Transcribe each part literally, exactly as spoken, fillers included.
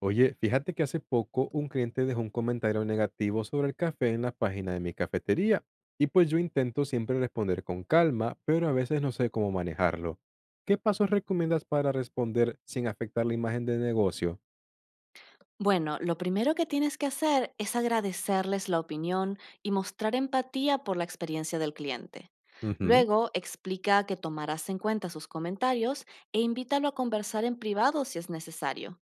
Oye, fíjate que hace poco un cliente dejó un comentario negativo sobre el café en la página de mi cafetería. Y pues yo intento siempre responder con calma, pero a veces no sé cómo manejarlo. ¿Qué pasos recomiendas para responder sin afectar la imagen del negocio? Bueno, lo primero que tienes que hacer es agradecerles la opinión y mostrar empatía por la experiencia del cliente. Ujú. Luego, explica que tomarás en cuenta sus comentarios e invítalo a conversar en privado si es necesario.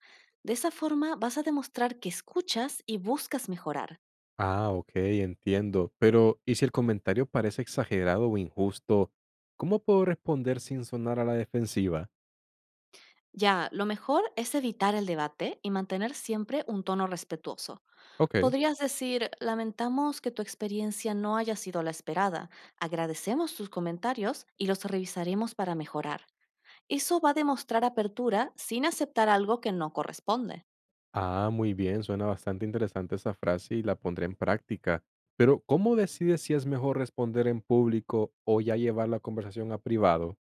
De esa forma vas a demostrar que escuchas y buscas mejorar. Ah, ok, entiendo. Pero, ¿y si el comentario parece exagerado o injusto? ¿Cómo puedo responder sin sonar a la defensiva? Ya, lo mejor es evitar el debate y mantener siempre un tono respetuoso. Ok. Podrías decir, lamentamos que tu experiencia no haya sido la esperada, agradecemos tus comentarios y los revisaremos para mejorar. Eso va a demostrar apertura sin aceptar algo que no corresponde. Ah, muy bien, suena bastante interesante esa frase y la pondré en práctica. Pero, ¿cómo decides si es mejor responder en público o ya llevar la conversación a privado?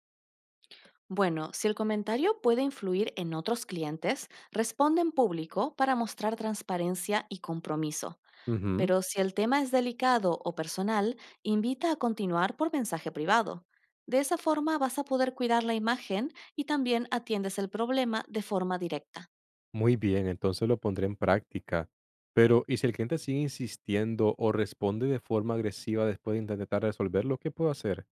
Bueno, si el comentario puede influir en otros clientes, responde en público para mostrar transparencia y compromiso. Ujú. Pero si el tema es delicado o personal, invita a continuar por mensaje privado. De esa forma vas a poder cuidar la imagen y también atiendes el problema de forma directa. Muy bien, entonces lo pondré en práctica. Pero, ¿y si el cliente sigue insistiendo o responde de forma agresiva después de intentar resolverlo, qué puedo hacer?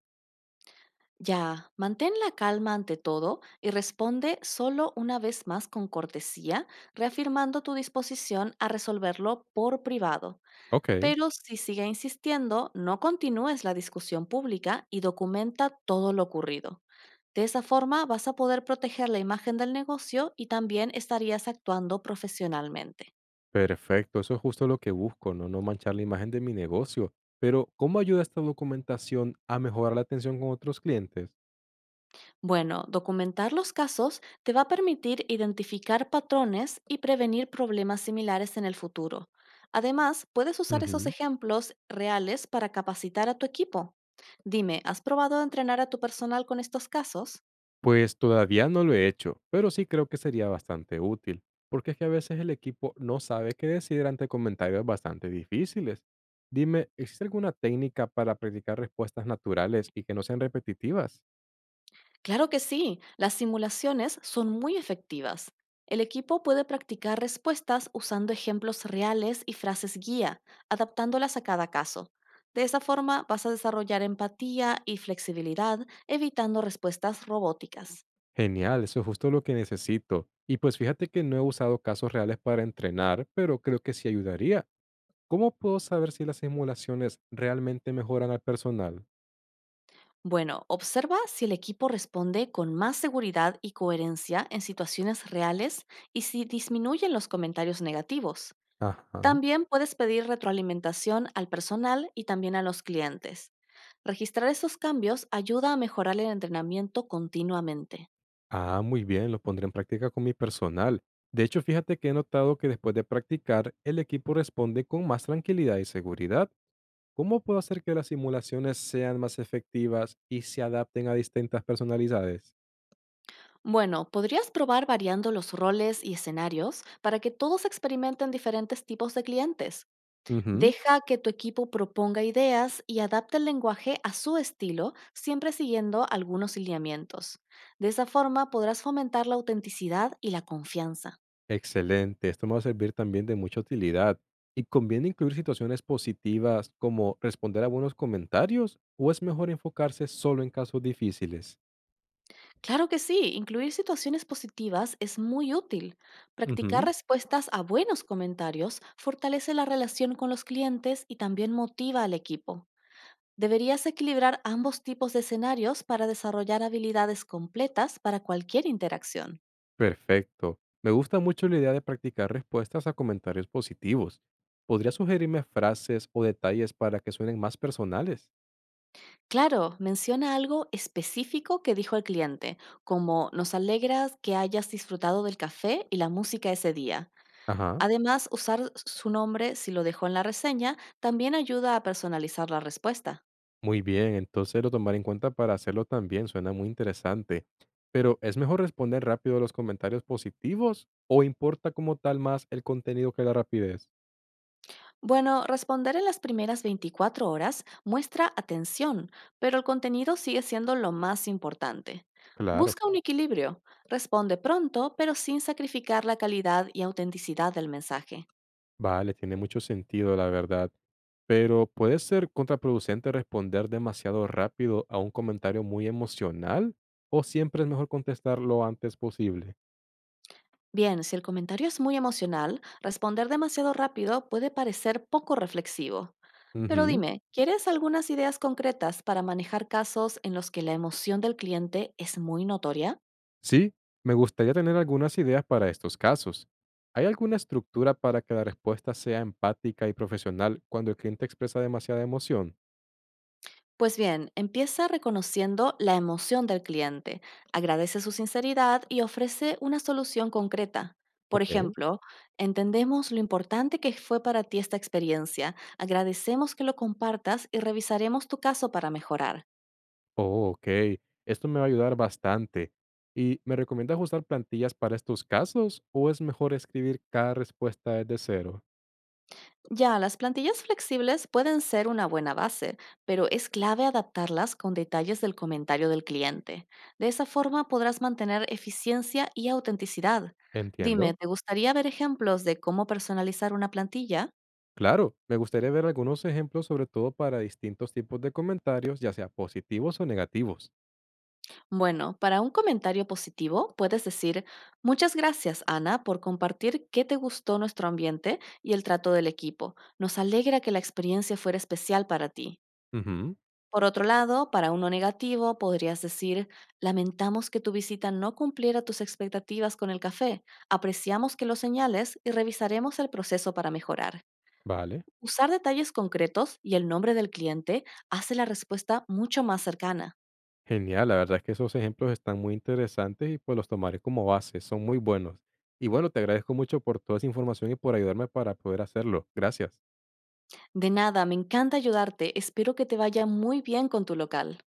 Ya, mantén la calma ante todo y responde solo una vez más con cortesía, reafirmando tu disposición a resolverlo por privado. Ok, Pero si sigue insistiendo, no continúes la discusión pública y documenta todo lo ocurrido. De esa forma vas a poder proteger la imagen del negocio y también estarías actuando profesionalmente. perfecto, eso es justo lo que busco, no, no manchar la imagen de mi negocio. Pero, ¿cómo ayuda esta documentación a mejorar la atención con otros clientes? Bueno, documentar los casos te va a permitir identificar patrones y prevenir problemas similares en el futuro. Además, puedes usar esos Ujú. ejemplos reales para capacitar a tu equipo. Dime, ¿has probado entrenar a tu personal con estos casos? Pues todavía no lo he hecho, pero sí creo que sería bastante útil, porque es que a veces el equipo no sabe qué decir ante comentarios bastante difíciles. Dime, ¿existe alguna técnica para practicar respuestas naturales y que no sean repetitivas? Claro que sí, las simulaciones son muy efectivas. El equipo puede practicar respuestas usando ejemplos reales y frases guía, adaptándolas a cada caso. De esa forma vas a desarrollar empatía y flexibilidad, evitando respuestas robóticas. Genial, eso es justo lo que necesito. Y pues fíjate que no he usado casos reales para entrenar, pero creo que sí ayudaría. ¿Cómo puedo saber si las simulaciones realmente mejoran al personal? Bueno, observa si el equipo responde con más seguridad y coherencia en situaciones reales y si disminuyen los comentarios negativos. Ajá. También puedes pedir retroalimentación al personal y también a los clientes. Registrar esos cambios ayuda a mejorar el entrenamiento continuamente. Ah, muy bien, lo pondré en práctica con mi personal. De hecho, fíjate que he notado que después de practicar, el equipo responde con más tranquilidad y seguridad. ¿Cómo puedo hacer que las simulaciones sean más efectivas y se adapten a distintas personalidades? Bueno, podrías probar variando los roles y escenarios para que todos experimenten diferentes tipos de clientes. Ujú. Deja que tu equipo proponga ideas y adapte el lenguaje a su estilo, siempre siguiendo algunos lineamientos. De esa forma podrás fomentar la autenticidad y la confianza. Excelente, esto me va a servir también de mucha utilidad. ¿Y conviene incluir situaciones positivas como responder a buenos comentarios o es mejor enfocarse solo en casos difíciles? Claro que sí, incluir situaciones positivas es muy útil. Practicar Ujú. respuestas a buenos comentarios fortalece la relación con los clientes y también motiva al equipo. Deberías equilibrar ambos tipos de escenarios para desarrollar habilidades completas para cualquier interacción. Perfecto. Me gusta mucho la idea de practicar respuestas a comentarios positivos. ¿Podría sugerirme frases o detalles para que suenen más personales? Claro, menciona algo específico que dijo el cliente, como nos alegra que hayas disfrutado del café y la música ese día. Ajá. Además, usar su nombre si lo dejó en la reseña también ayuda a personalizar la respuesta. Muy bien, entonces lo tomaré en cuenta para hacerlo también. Suena muy interesante. Pero, ¿es mejor responder rápido a los comentarios positivos o importa como tal más el contenido que la rapidez? Bueno, responder en las primeras veinticuatro horas muestra atención, pero el contenido sigue siendo lo más importante. Claro. Busca un equilibrio. Responde pronto, pero sin sacrificar la calidad y autenticidad del mensaje. Vale, tiene mucho sentido, la verdad. Pero puede ser contraproducente responder demasiado rápido a un comentario muy emocional o siempre es mejor contestar lo antes posible. Bien, si el comentario es muy emocional, responder demasiado rápido puede parecer poco reflexivo. Pero Ujú. dime, ¿quieres algunas ideas concretas para manejar casos en los que la emoción del cliente es muy notoria? Sí, me gustaría tener algunas ideas para estos casos. ¿Hay alguna estructura para que la respuesta sea empática y profesional cuando el cliente expresa demasiada emoción? Pues bien, empieza reconociendo la emoción del cliente, agradece su sinceridad y ofrece una solución concreta. Por Ok. ejemplo, entendemos lo importante que fue para ti esta experiencia, agradecemos que lo compartas y revisaremos tu caso para mejorar. Oh, ok. Esto me va a ayudar bastante. ¿Y me recomiendas usar plantillas para estos casos o es mejor escribir cada respuesta desde cero? Ya, las plantillas flexibles pueden ser una buena base, pero es clave adaptarlas con detalles del comentario del cliente. De esa forma podrás mantener eficiencia y autenticidad. Entiendo. Dime, ¿te gustaría ver ejemplos de cómo personalizar una plantilla? Claro, me gustaría ver algunos ejemplos, sobre todo para distintos tipos de comentarios, ya sea positivos o negativos. Bueno, para un comentario positivo puedes decir, muchas gracias Ana por compartir qué te gustó nuestro ambiente y el trato del equipo. Nos alegra que la experiencia fuera especial para ti. Ujú. Por otro lado, para uno negativo, podrías decir, lamentamos que tu visita no cumpliera tus expectativas con el café, apreciamos que lo señales y revisaremos el proceso para mejorar. Vale. Usar detalles concretos y el nombre del cliente hace la respuesta mucho más cercana. Genial, la verdad es que esos ejemplos están muy interesantes y pues los tomaré como base, son muy buenos. Y bueno, te agradezco mucho por toda esa información y por ayudarme para poder hacerlo. Gracias. De nada, me encanta ayudarte, espero que te vaya muy bien con tu local.